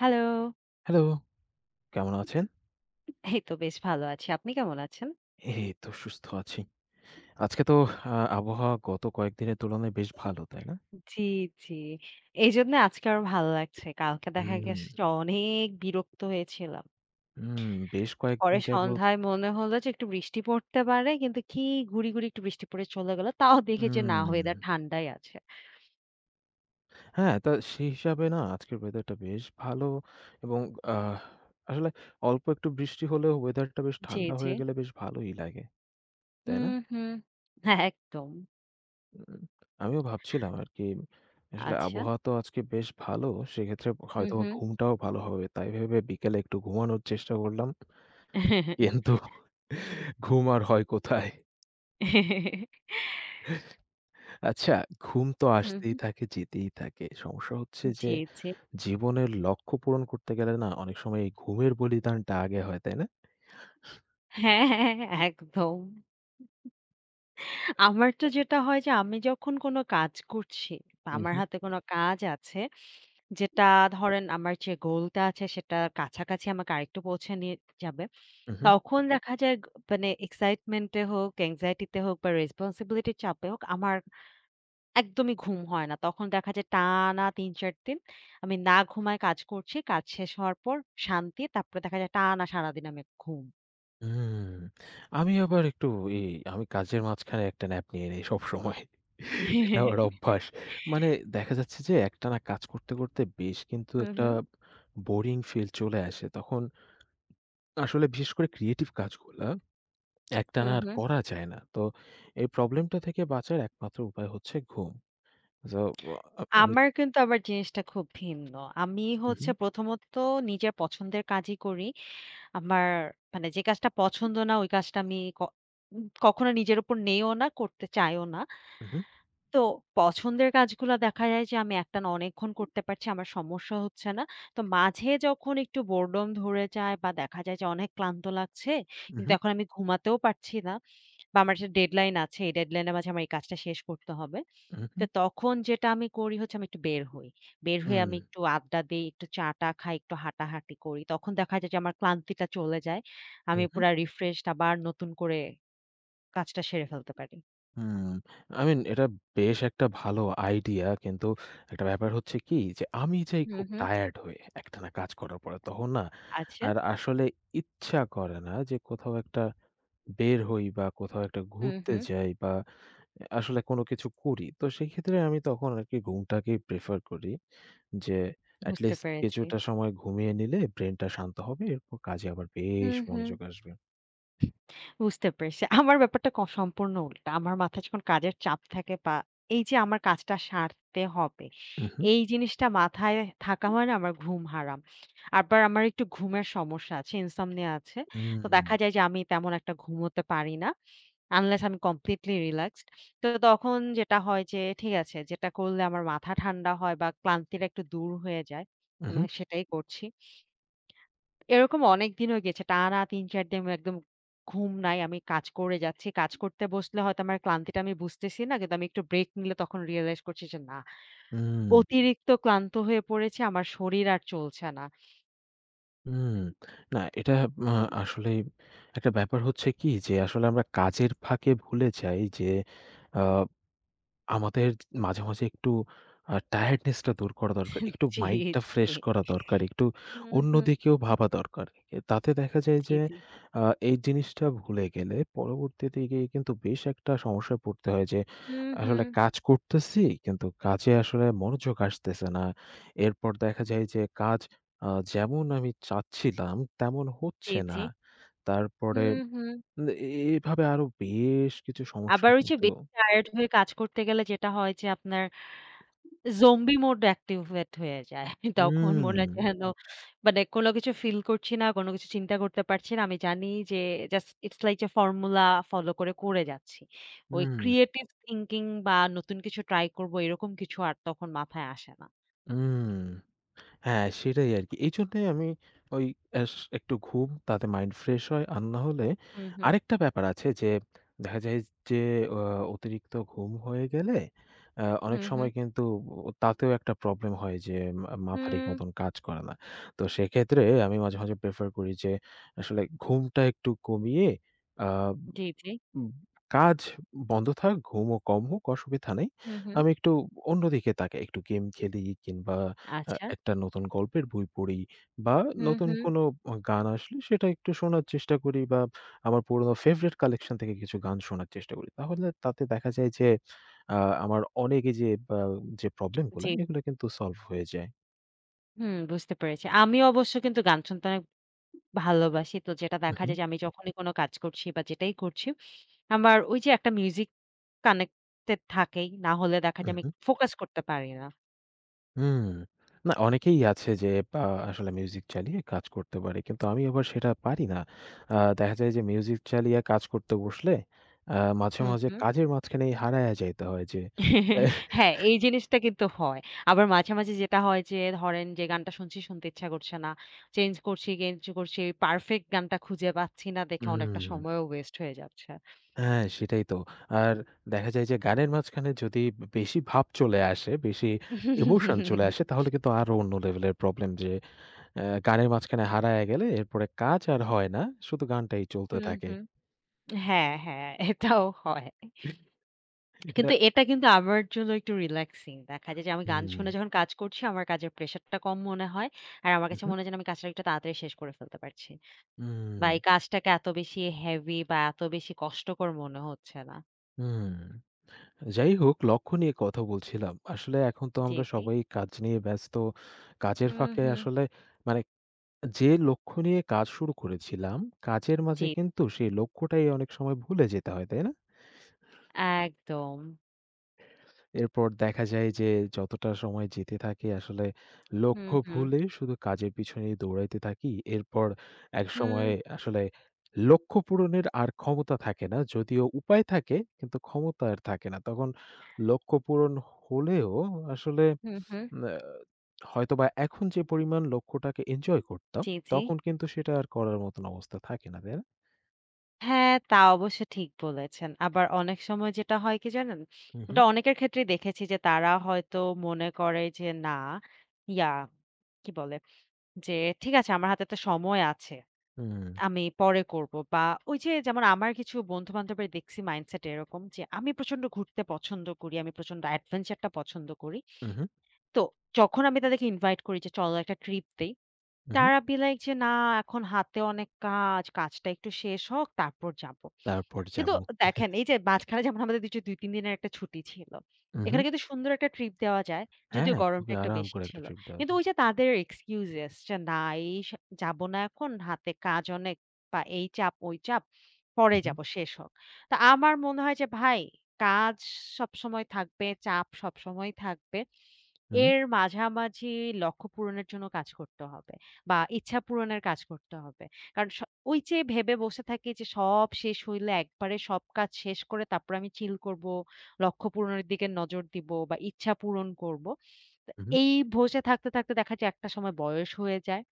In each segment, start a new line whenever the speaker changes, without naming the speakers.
Hello.
Hello, কেমন আছেন?
এই তো বেশ ভালো আছি। আপনি কেমন আছেন?
এই তো সুস্থ আছি। আজকে তো আবহাওয়া গত কয়েকদিনের তুলনায় বেশ ভালো, তাই না?
জি, জি। এইজন্য আজকে আরো ভালো লাগছে। কালকে দেখা
হুম,
গেছে যে অনেক বিরক্ত হয়েছিলাম।
হুম, বেশ কয়েকদিন
পরে
যাবৎ।
সন্ধ্যায় মনে হলো যে একটু বৃষ্টি পড়তে পারে। কিন্তু কি ঘুরি, ঘুরি একটু বৃষ্টি পড়ে চলে গেল। তাও দেখি যে না,
হুম,
ওয়েদার ঠান্ডাই আছে।
হ্যাঁ, তা সেই হিসাবে না আজকের ওয়েদারটা বেশ ভালো এবং আহ আসলে অল্প একটু বৃষ্টি হলেও ওয়েদারটা বেশ
জি,
ঠান্ডা
জি।
হয়ে গেলে বেশ ভালোই লাগে, তাই
হুম,
না?
হুম। হ্যাঁ, একদম।
উম আমিও ভাবছিলাম আরকি আসলে
আচ্ছা।
আবহাওয়া তো আজকে বেশ ভালো, সেক্ষেত্রে
হুম,
হয়তোবা
হুম।
ঘুমটাও ভালো হবে। তাই ভেবে বিকেলে একটু ঘুমানোর চেষ্টা করলাম। কিন্তু ঘুম আর হয় কোথায়? আচ্ছা, ঘুম তো
হুম,
আসতেই
হুম।
থাকে, যেতেই থাকে। সমস্যা হচ্ছে যে
জি, জি।
জীবনের লক্ষ্য পূরণ করতে গেলে না অনেক সময় এই ঘুমের বলিদানটা আগে হয়, তাই না?
হ্যাঁ, হ্যাঁ, হ্যাঁ, একদম। আমার তো যেটা হয় যে আমি যখন কোনো কাজ করছি বা আমার
উহু,
হাতে কোনো কাজ আছে যেটা, ধরেন আমার যে গোলটা আছে সেটা কাছাকাছি আমাকে আরেকটু পৌঁছে নিয়ে যাবে,
উহু।
তখন দেখা যায় মানে এক্সাইটমেন্টে হোক, অ্যাংজাইটিতে হোক বা রেসপন্সিবিলিটির চাপে হোক, আমার একদমই ঘুম হয় না। তখন দেখা যায় টানা তিন চার দিন আমি না ঘুমায় কাজ করছি। কাজ শেষ হওয়ার পর শান্তি, তারপরে দেখা যায় টানা সারাদিন আমি ঘুম।
হুম, আমি আবার একটু এই আমি কাজের মাঝখানে একটা ন্যাপ নিয়ে নেই সবসময়। এটা আমার অভ্যাস। মানে দেখা যাচ্ছে যে একটানা কাজ করতে, করতে বেশ কিন্তু
হুম,
একটা
হুম,
বোরিং ফিল চলে আসে। তখন আসলে বিশেষ করে ক্রিয়েটিভ কাজগুলা একটানা
হুম,
আর
হুম।
করা যায় না। তো এই প্রবলেমটা থেকে বাঁচার একমাত্র উপায় হচ্ছে ঘুম। সো আমি।
আমার কিন্তু আবার জিনিসটা খুব ভিন্ন। আমি হচ্ছে
উহু,
প্রথমত নিজের পছন্দের কাজই করি। আমার মানে যে কাজটা পছন্দ না, ওই কাজটা আমি ক উম কখনো নিজের উপর নেইও না, করতে চাইও না।
উহু,
তো পছন্দের কাজগুলা দেখা যায় যে আমি একটানা অনেকক্ষণ করতে পারছি, আমার সমস্যা হচ্ছে না। তো মাঝে যখন একটু বোরডম ধরে যায় বা দেখা যায় যে অনেক ক্লান্ত লাগছে, কিন্তু
উহু,
এখন আমি ঘুমাতেও পারছি না, বা আমার একটা ডেডলাইন আছে, এই ডেডলাইনের মাঝে আমার এই কাজটা শেষ করতে হবে, তো
উহু,
তখন যেটা আমি করি হচ্ছে আমি একটু বের হই। বের হয়ে
হুম,
আমি একটু আড্ডা দেই, একটু চা-টা খাই, একটু হাঁটাহাঁটি করি। তখন দেখা যায় যে আমার ক্লান্তিটা চলে যায়। আমি
উহু,
পুরা রিফ্রেশড, আবার নতুন করে কাজটা সেরে ফেলতে পারি।
হুম। আই মিন, এটা বেশ একটা ভালো আইডিয়া। কিন্তু একটা ব্যাপার হচ্ছে কি যে আমি যাই
হুম,
খুব
হুম।
টায়ার্ড হয়ে একটানা কাজ করার পরে। তখন না
আচ্ছা।
আর আসলে ইচ্ছা করে না যে কোথাও একটা বের হই বা কোথাও একটা
হুম,
ঘুরতে
হুম।
যাই বা আসলে কোনো কিছু করি। তো সেক্ষেত্রে আমি তখন আরকি ঘুমটাকেই প্রেফার করি। যে
বুঝতে
এটলিস্ট
পেরেছি।
কিছুটা সময় ঘুমিয়ে নিলে ব্রেইনটা শান্ত হবে। এরপর কাজে আবার বেশ
হুম, হুম।
মনোযোগ আসবে।
বুঝতে পেরেছি। আমার ব্যাপারটা সম্পূর্ণ উল্টা। আমার মাথায় যখন কাজের চাপ থাকে বা এই যে আমার কাজটা সারতে হবে,
উহু,
এই জিনিসটা মাথায় থাকা মানে আমার ঘুম হারাম। আবার আমার একটু ঘুমের সমস্যা আছে, ইনসমনিয়া আছে। তো
উম,
দেখা যায় যে আমি তেমন একটা ঘুমোতে পারি না। আনলেস আমি কমপ্লিটলি রিল্যাক্সড। তো তখন যেটা হয় যে ঠিক আছে, যেটা করলে আমার মাথা ঠান্ডা হয় বা ক্লান্তিটা একটু দূর হয়ে যায়, আমি
উহু,
সেটাই করছি। এরকম অনেকদিন হয়ে গেছে। টানা ৩-৪ দিন একদম ঘুম নাই। আমি কাজ করে যাচ্ছি। কাজ করতে বসলে হয়তো আমার ক্লান্তিটা আমি বুঝতেছি না। কিন্তু আমি একটু ব্রেক নিলে তখন রিয়ালাইজ করছি যে না,
উম,
অতিরিক্ত ক্লান্ত হয়ে পড়েছি। আমার শরীর আর চলছে না।
উম। না, এটা আ আসলেই একটা ব্যাপার হচ্ছে কি যে আসলে আমরা কাজের ফাঁকে ভুলে যাই যে আ আমাদের মাঝে, মাঝে একটু টায়ার্ডনেস টা দূর করা দরকার। একটু
জি,
মাইন্ডটা
জি।
ফ্রেশ করা দরকার। একটু
হুম, হুম।
অন্যদিকেও ভাবা দরকার। এ তাতে দেখা যায়
জি,
যে
জি।
আ এই জিনিসটা ভুলে গেলে পরবর্তীতে গিয়ে কিন্তু বেশ একটা সমস্যায় পড়তে হয় যে
হুম,
আসলে
হুম।
কাজ করতেছি কিন্তু কাজে আসলে মনোযোগ আসতেছে না। এরপর দেখা যায় যে কাজ যেমন আমি চাচ্ছিলাম তেমন
জি,
হচ্ছে না।
জি।
তারপরে
হুম, হুম।
উম, এ এভাবে আরো বেশ কিছু সমস্যা
আবার ওই যে
কিন্তু।
বেশি টায়ার্ড হয়ে কাজ করতে গেলে যেটা হয় যে আপনার জম্বি মোড অ্যাক্টিভেট হয়ে যায়। তখন
হুম।
মনে হয় যেন, মানে কোনো কিছু ফিল করছি না, কোনো কিছু চিন্তা করতে পারছি না। আমি জানি যে জাস্ট ইটস লাইক যে ফর্মুলা ফলো করে, করে যাচ্ছি। ওই
হুম,
ক্রিয়েটিভ থিংকিং বা নতুন কিছু ট্রাই করব, এরকম কিছু আর তখন মাথায় আসে না।
হুম। হ্যাঁ, সেটাই আরকি। এইজন্যই আমি ওই এস একটু ঘুম তাতে মাইন্ড ফ্রেশ হয়। আর না হলে
হুম, হুম।
আরেকটা ব্যাপার আছে যে দেখা যায় যে অ অতিরিক্ত ঘুম হয়ে গেলে অনেক
হুম, হুম।
সময় কিন্তু ও তাতেও একটা প্রবলেম হয় যে মাথা ঠিক
হুম।
মতন কাজ করে না। তো সেক্ষেত্রে আমি মাঝে, মাঝে প্রেফার করি যে আসলে ঘুমটা একটু কমিয়ে আ
জি, জি।
উম কাজ বন্ধ থাক, ঘুমও কম হোক, অসুবিধা নেই।
হুম, হুম।
আমি একটু অন্যদিকে তাকাই। একটু গেম খেলি কিংবা
আচ্ছা।
একটা নতুন গল্পের বই পড়ি বা
হুম,
নতুন
হুম।
কোনো গান আসলে সেটা একটু শোনার চেষ্টা করি বা আমার পুরনো ফেভারিট কালেকশন থেকে কিছু গান শোনার চেষ্টা করি। তাহলে তাতে দেখা যায় যে আ আমার অনেক এই যে বা যে প্রবলেমগুলা
জি।
এগুলো কিন্তু সলভ হয়ে যায়।
হুম, বুঝতে পেরেছি। আমি অবশ্য কিন্তু গান শুনতে অনেক ভালোবাসি। তো যেটা দেখা
উহু,
যায় যে আমি যখনই কোনো কাজ করছি বা যেটাই করছি, আমার ওই যে একটা মিউজিক কানেক্টেড থাকেই। না হলে দেখা যায় আমি
উহু।
ফোকাস করতে পারি না।
হুম। না, অনেকেই আছে যে আ আসলে মিউজিক চালিয়ে কাজ করতে পারে। কিন্তু আমি আবার সেটা পারি না। দেখা যায় যে মিউজিক চালিয়ে কাজ করতে বসলে আ মাঝে,
হুম,
মাঝে
হুম।
কাজের মাঝখানেই হারায়া যাইতে হয় যে।
হ্যাঁ, এই জিনিসটা কিন্তু হয়। আবার মাঝে, মাঝে যেটা হয় যে ধরেন যে গানটা শুনছি, শুনতে ইচ্ছা করছে না। চেঞ্জ করছি, চেঞ্জ করছি। পারফেক্ট গানটা খুঁজে পাচ্ছি না
আহ,
দেখে অনেকটা
হুম,
সময়ও ওয়েস্ট হয়ে যাচ্ছে।
হ্যাঁ সেটাই তো। আর দেখা যায় যে গানের মাঝখানে যদি বেশি ভাব চলে আসে, বেশি
হুম,
ইমোশন চলে আসে
হুম।
তাহলে কিন্তু আরো অন্য লেভেলের প্রবলেম যে গানের মাঝখানে হারায়া গেলে এরপরে কাজ আর হয় না। শুধু গানটাই চলতে থাকে।
হ্যাঁ, হ্যাঁ, এটাও হয়।
এটা
কিন্তু এটা কিন্তু আমার জন্য একটু রিল্যাক্সিং। দেখা যায় যে আমি গান
হুম,
শুনে যখন কাজ করছি, আমার কাজের প্রেশারটা কম মনে হয়। আর আমার কাছে
উহু,
মনে হয় যেন আমি কাজটা একটু তাড়াতাড়ি শেষ করে ফেলতে পারছি। বা
হুম।
এই কাজটাকে এত বেশি হেভি বা এত বেশি কষ্টকর মনে হচ্ছে না।
হুম। যাই হোক, লক্ষ্য নিয়ে কথা বলছিলাম। আসলে এখন তো
জি,
আমরা
জি।
সবাই কাজ নিয়ে ব্যস্ত। কাজের
হুম,
ফাঁকে
হুম।
আসলে মানে যে লক্ষ্য নিয়ে কাজ শুরু করেছিলাম, কাজের
জি,
মাঝে কিন্তু সেই লক্ষ্যটাই অনেক সময় ভুলে যেতে হয়, তাই না?
একদম।
এরপর দেখা যায় যে যতটা সময় যেতে থাকে আসলে
হুম,
লক্ষ্য
হুম।
ভুলে শুধু কাজের পিছনেই দৌড়াইতে থাকি। এরপর
হুম,
একসময় আসলে লক্ষ্য পূরণের আর ক্ষমতা থাকে না। যদিও উপায় থাকে কিন্তু ক্ষমতা আর থাকে না। তখন লক্ষ্য পূরণ হলেও আসলে
হুম, হুম।
উম আ হয়তোবা এখন যে পরিমাণ লক্ষ্যটাকে এনজয় করতাম,
জি, জি।
তখন কিন্তু সেটা আর করার মতন অবস্থা থাকে না, তাই না?
হ্যাঁ, তা অবশ্য ঠিক বলেছেন। আবার অনেক সময় যেটা হয় কি জানেন?
হু, হু।
এটা অনেকের ক্ষেত্রেই দেখেছি যে তারা হয়তো মনে করে যে না, ইয়া কি বলে যে ঠিক আছে আমার হাতে একটা সময় আছে,
হুম,
আমি পরে করব। বা ওই যে, যেমন আমার কিছু বন্ধু-বান্ধবের দেখছি মাইন্ডসেট এরকম যে আমি প্রচন্ড ঘুরতে পছন্দ করি, আমি প্রচন্ড অ্যাডভেঞ্চার টা পছন্দ করি।
উহু,
তো যখন আমি তাদেরকে ইনভাইট করি যে চলো একটা ট্রিপ দেই,
উহু।
তারা be like যে, না এখন হাতে অনেক কাজ, কাজটা একটু শেষ হোক তারপর যাব।
তারপর
কিন্তু
যাবো।
দেখেন, এই যে মাঝখানে যেমন আমাদের যে ২-৩ দিনের একটা ছুটি ছিল,
উহু।
এখানে কিন্তু সুন্দর একটা ট্রিপ দেওয়া যায়।
হ্যাঁ,
যদিও
হ্যাঁ,
গরমটা
খুবই
একটু
আরাম
বেশি
করে একটা
ছিল।
ট্রিপ দেওয়া
কিন্তু
যায়।
ওই যে তাদের এক্সকিউজেস যে না, এই স যাব না, এখন হাতে কাজ অনেক, বা এই চাপ ওই চাপ, পরে
উহু,
যাব শেষ হোক। তো আমার মনে হয় যে ভাই, কাজ সবসময় থাকবে, চাপ সবসময় থাকবে।
উহু,
এর মাঝামাঝি লক্ষ্য পূরণের জন্য কাজ করতে হবে বা ইচ্ছা পূরণের কাজ করতে হবে। কারণ স ওই যে ভেবে বসে থাকি যে সব শেষ হইলে একবারে সব কাজ শেষ করে তারপর আমি চিল করব, লক্ষ্য পূরণের দিকে নজর দিব বা ইচ্ছা পূরণ করব। তো
উহু।
এই বসে থাকতে, থাকতে দেখা যায় একটা সময় বয়স হয়ে যায়।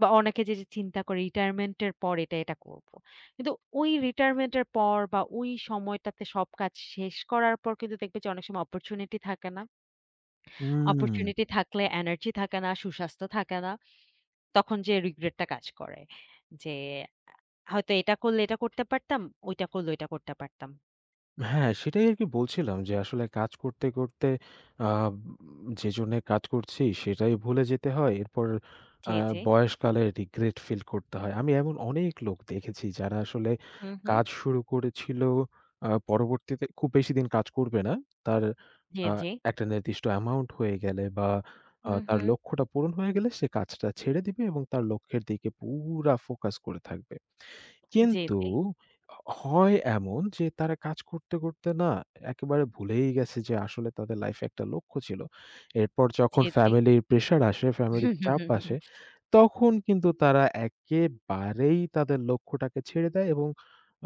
বা অনেকে যে চিন্তা করে রিটায়ারমেন্ট এর পর এটা, এটা করব। কিন্তু ওই রিটায়ারমেন্ট এর পর বা ওই সময়টাতে সব কাজ শেষ করার পর কিন্তু দেখবে যে অনেক সময় অপরচুনিটি থাকে না।
উম
অপরচুনিটি থাকলে এনার্জি থাকে না, সুস্বাস্থ্য থাকে না। তখন যে রিগ্রেট টা কাজ করে, যে আ হয়তো এটা করলে এটা করতে পারতাম, ওইটা করলে ওইটা করতে পারতাম।
হ্যাঁ, সেটাই আরকি বলছিলাম যে আসলে কাজ করতে, করতে আ যেজন্যে কাজ করছি সেটাই ভুলে যেতে হয়। এরপর আ
জি, জি।
বয়সকালে regret ফিল করতে হয়। আমি এমন অনেক লোক দেখেছি যারা আসলে
হু, হু।
কাজ শুরু করেছিল পরবর্তীতে খুব বেশিদিন কাজ করবে না। তার
জি,
আ
জি।
একটা নির্দিষ্ট অ্যামাউন্ট হয়ে গেলে বা
হু,
তার
হু।
লক্ষ্যটা পূরণ হয়ে গেলে সে কাজটা ছেড়ে দিবে এবং তার লক্ষ্যের দিকে পুরা ফোকাস করে থাকবে।
জি,
কিন্তু
জি।
হ হয় এমন যে তারা কাজ করতে, করতে না একেবারে ভুলেই গেছে যে আসলে তাদের লাইফে একটা লক্ষ্য ছিল। এরপর যখন
জি, জি।
ফ্যামিলির প্রেশার আসে, ফ্যামিলির চাপ আসে, তখন কিন্তু তারা একেবারেই তাদের লক্ষ্যটাকে ছেড়ে দেয় এবং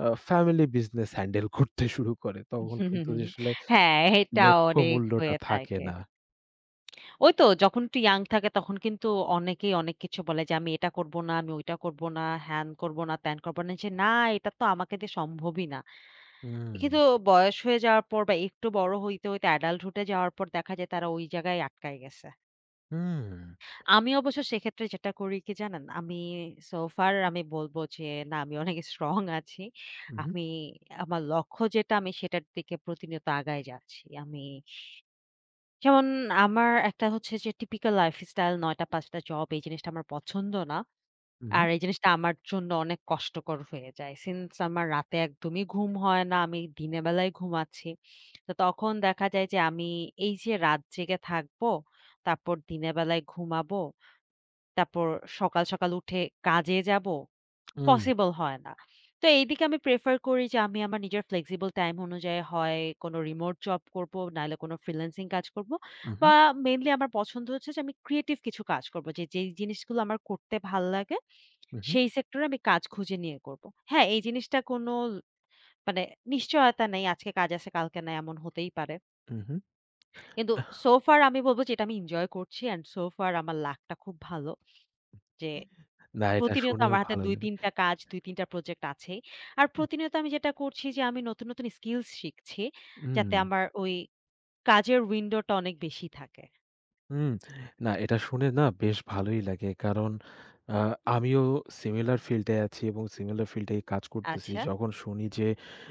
ফ্যামিলি বিজনেস হ্যান্ডেল করতে শুরু করে। তখন কিন্তু যে আসলে
হ্যাঁ, এটা
লক্ষ্য
অনেক
মূল্যটা
হয়ে
থাকে
থাকে।
না।
ওই তো যখন একটু ইয়াং থাকে তখন কিন্তু অনেকেই অনেক কিছু বলে যে, "আমি এটা করব না, আমি ওইটা করব না, হ্যান করব না, ত্যান করব না।" যে না, এটা তো আমাকে দিয়ে সম্ভবই না।
হুম,
কিন্তু বয়স হয়ে যাওয়ার পর বা একটু বড় হইতে, হইতে অ্যাডাল্টহুড এ যাওয়ার পর দেখা যায় তারা ওই জায়গায় আটকায় গেছে।
হুম।
আমি অবশ্য সেক্ষেত্রে যেটা করি কি জানেন? আমি সো ফার আমি বলব যে না, আমি অনেক স্ট্রং আছি।
উহু,
আমি আমার লক্ষ্য যেটা, আমি সেটার দিকে প্রতিনিয়ত আগায় যাচ্ছি। আমি যেমন, আমার একটা হচ্ছে যে টিপিক্যাল লাইফস্টাইল ৯:০০-৫:০০ জব, এই জিনিসটা আমার পছন্দ না। আর
উহু,
এই জিনিসটা আমার জন্য অনেক কষ্টকর হয়ে যায়। সিন্স আমার রাতে একদমই ঘুম হয় না, আমি দিনের বেলায় ঘুমাচ্ছি। তো তখন দেখা যায় যে আমি এই যে রাত জেগে থাকবো, তারপর দিনের বেলায় ঘুমাবো, তারপর সকাল, সকাল উঠে কাজে যাবো,
উম
পসিবল হয় না। তো এইদিকে আমি প্রেফার করি যে আমি আমার নিজের ফ্লেক্সিবল টাইম অনুযায়ী হয় কোনো রিমোট জব করবো, নাহলে কোনো ফ্রিল্যান্সিং কাজ করবো।
উহু,
বা মেইনলি আমার পছন্দ হচ্ছে যে আমি ক্রিয়েটিভ কিছু কাজ করবো। যে যেই জিনিসগুলো আমার করতে ভাল্লাগে
উহু,
সেই সেক্টরে আমি কাজ খুঁজে নিয়ে করব। হ্যাঁ, এই জিনিসটা কোনো, মানে নিশ্চয়তা নেই। আজকে কাজ আছে, কালকে নাই, এমন হতেই পারে।
উহু।
কিন্তু সো ফার আমি বলব যে এটা আমি এনজয় করছি, অ্যান্ড সো ফার আমার লাকটা খুব ভালো যে
না, এটা
প্রতিনিয়ত
শুনেও
আমার হাতে
ভালো লাগে।
২-৩ টা কাজ, ২-৩ টা প্রজেক্ট আছেই। আর প্রতিনিয়ত আমি যেটা করছি যে আমি নতুন, নতুন স্কিলস শিখছি
হুম,
যাতে আমার ওই কাজের উইন্ডোটা অনেক বেশি থাকে।
হুম। না, এটা শুনে না বেশ ভালোই লাগে। কারণ আ আমিও সিমিলার ফিল্ড এ আছি এবং সিমিলার ফিল্ড এই কাজ করতেছি।
আচ্ছা।
যখন শুনি যে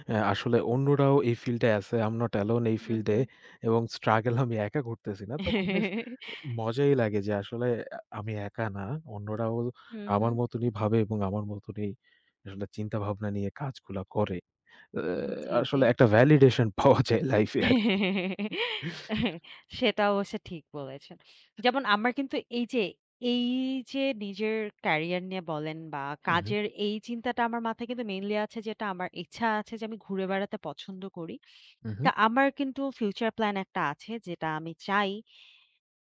আসলে অন্যরাও এই ফিল্ড এ আছে, "I'm not alone" এই
হুম,
ফিল্ড এ
হুম।
এবং স্ট্রাগল আমি একা করতেছি না। তখন বেশ মজাই লাগে যে আসলে আমি একা না। অন্যরাও
হুম,
আমার
হুম।
মতনই ভাবে এবং আমার মতনই আসলে চিন্তাভাবনা নিয়ে কাজগুলা করে।
জি, জি।
আসলে একটা ভ্যালিডেশন পাওয়া যায় লাইফ এ আরকি।
সেটা অবশ্য ঠিক বলেছেন। যেমন আমার কিন্তু এই যে, এই যে নিজের ক্যারিয়ার নিয়ে বলেন বা
উহু,
কাজের, এই চিন্তাটা আমার মাথায় কিন্তু মেইনলি আছে। যেটা আমার ইচ্ছা আছে যে আমি ঘুরে বেড়াতে পছন্দ করি,
উহু,
তা আমার কিন্তু ফিউচার প্ল্যান একটা আছে যেটা আমি চাই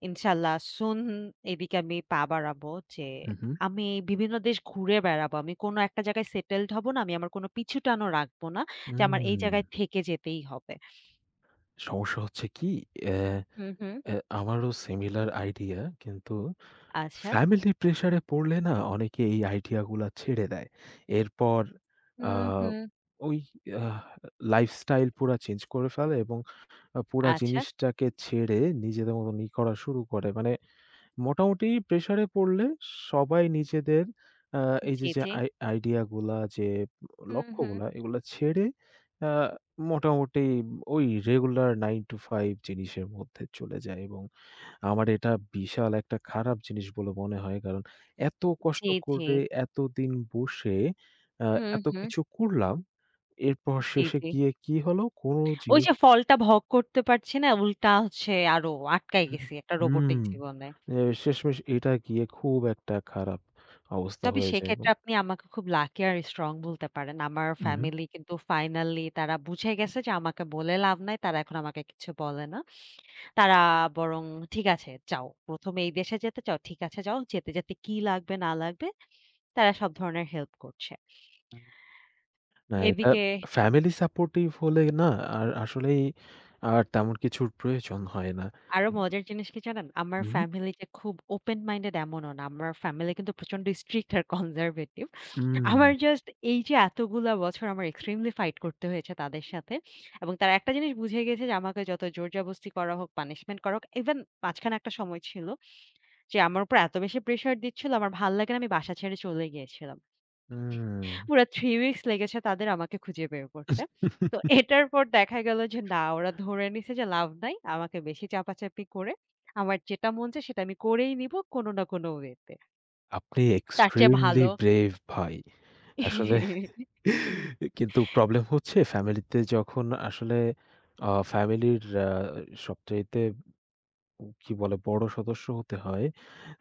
ইনশাল্লাহ সুন এদিকে আমি পা বাড়াবো, যে
উহু।
আমি বিভিন্ন দেশ ঘুরে বেড়াবো। আমি কোনো একটা জায়গায় সেটেলড হব না। আমি আমার কোনো পিছুটানও রাখবো না যে আমার এই
হুম,
জায়গায় থেকে যেতেই হবে।
সমস্যা হচ্ছে কি? অ্যা
হুম, হুম।
অ্যা আমারও সিমিলার আইডিয়া। কিন্তু
আচ্ছা।
ফ্যামিলি প্রেশার এ পড়লে না অনেকে এই আইডিয়া গুলা ছেড়ে দেয়। এরপর আ
হুম, হুম।
ওই আহ লাইফস্টাইল পুরা চেঞ্জ করে ফেলে এবং পুরা
আচ্ছা।
জিনিসটাকে ছেড়ে নিজেদের মতনই করা শুরু করে। মানে মোটামুটি প্রেশারে পড়লে সবাই নিজেদের আ এই যে,
জি,
যে
জি।
আইডিয়া গুলা যে
হুম, হুম।
লক্ষ্যগুলা এগুলা ছেড়ে আ মোটামুটি ওই রেগুলার 9 to 5 জিনিসের মধ্যে চলে যায় এবং আমার এটা বিশাল একটা খারাপ জিনিস বলে মনে হয়। কারণ এত কষ্ট
জি, জি।
করে এতদিন বসে আ
হুম,
এত
হুম।
কিছু করলাম। এরপর
জি,
শেষে
জি।
গিয়ে কি হলো? কোনো
ওই
জিনিস
যে ফলটা ভোগ করতে পারছি না, উল্টা হচ্ছে আরো আটকায়
হু,
গেছি একটা
হুম।
রোবটিক জীবনে।
এ শেষমেশ এটা গিয়ে খুব একটা খারাপ অবস্থা
তবে
হয়ে যায় এবং
সেক্ষেত্রে আপনি আমাকে খুব লাকি আর স্ট্রং বলতে পারেন। আমার
উম হুম।
ফ্যামিলি কিন্তু ফাইনালি তারা বুঝে গেছে যে আমাকে বলে লাভ নাই। তারা এখন আমাকে কিছু বলে না। তারা বরং, ঠিক আছে যাও। ১ম এই দেশে যেতে চাও? ঠিক আছে যাও। যেতে, যেতে কি লাগবে না লাগবে, তারা সব ধরনের হেল্প করছে।
না, এটা
এদিকে
ফ্যামিলি সাপোর্টিভ হলে না আর আসলেই আর তেমন কিছুর প্রয়োজন হয় না।
আরো মজার জিনিস কি জানেন? আমার
উম হুম।
ফ্যামিলিতে খুব ওপেন মাইন্ডেড এমনও না। আমার ফ্যামিলি কিন্তু প্রচন্ড স্ট্রিক্ট আর কনজারভেটিভ। আমার
উম
জাস্ট এই যে, এতগুলা বছর আমার এক্সট্রিমলি ফাইট করতে হয়েছে তাদের সাথে, এবং তারা একটা জিনিস বুঝে গেছে যে আমাকে যত জোর-জবরদস্তি করা হোক, পানিশমেন্ট করা হোক, ইভেন মাঝখানে একটা সময় ছিল যে আমার উপর এত বেশি প্রেশার দিচ্ছিল আমার ভাল লাগে না, আমি বাসা ছেড়ে চলে গিয়েছিলাম।
উম
পুরা ৩ উইকস লেগেছে তাদের আমাকে খুঁজে বের করতে। তো এটার পর দেখা গেল যে না, ওরা ধরে নিছে যে লাভ নাই। আমাকে বেশি চাপাচাপি করে, আমার যেটা মন চায় সেটা আমি করেই নিব কোনো না কোনো ওয়েতে।
আপনি
তার চেয়ে
এক্সট্রিমলি
ভালো
ব্রেভ ভাই। আসলে কিন্তু প্রবলেম হচ্ছে ফ্যামিলিতে যখন আসলে ফ্যামিলির আ সবচাইতে কি বলে বড় সদস্য হতে হয়,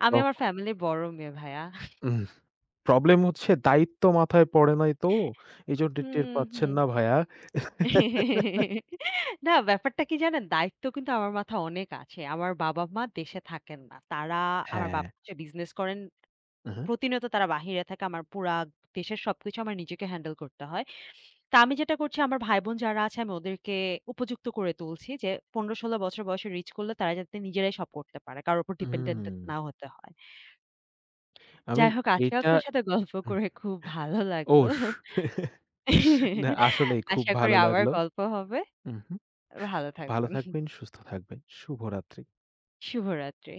আমি আমার
তখন
ফ্যামিলির বড় মেয়ে ভাইয়া।
উম প্রবলেম হচ্ছে দায়িত্ব মাথায় পড়ে নাই তো। এজন্য টের
হুম,
পাচ্ছেন
হুম।
না ভায়া। হ্যাঁ।
না, ব্যাপারটা কি জানেন? দায়িত্ব কিন্তু আমার মাথায় অনেক আছে। আমার বাবা-মা দেশে থাকেন না। তারা, আমার বাবা হচ্ছে বিজনেস করেন।
আ হা।
প্রতিনিয়ত তারা বাহিরে থাকে। আমার পুরা দেশের সবকিছু আমার নিজেকে হ্যান্ডেল করতে হয়। তা আমি যেটা করছি, আমার ভাই-বোন যারা আছে আমি ওদেরকে উপযুক্ত করে তুলছি যে ১৫-১৬ বছর বয়সে রিচ করলে তারা যাতে নিজেরাই সব করতে পারে, কারোর উপর ডিপেন্ডেন্ট
উম
না হতে হয়।
I mean
যাই হোক, আজকে
এইটা
আপনার সাথে গল্প
হুম।
করে খুব ভালো লাগলো।
ওস না, আসলেই খুব
আশা করি
ভালো
আবার
লাগলো।
গল্প হবে।
উহু।
ভালো
ভালো
থাকবেন।
থাকবেন, সুস্থ থাকবেন। শুভরাত্রি।
শুভরাত্রি।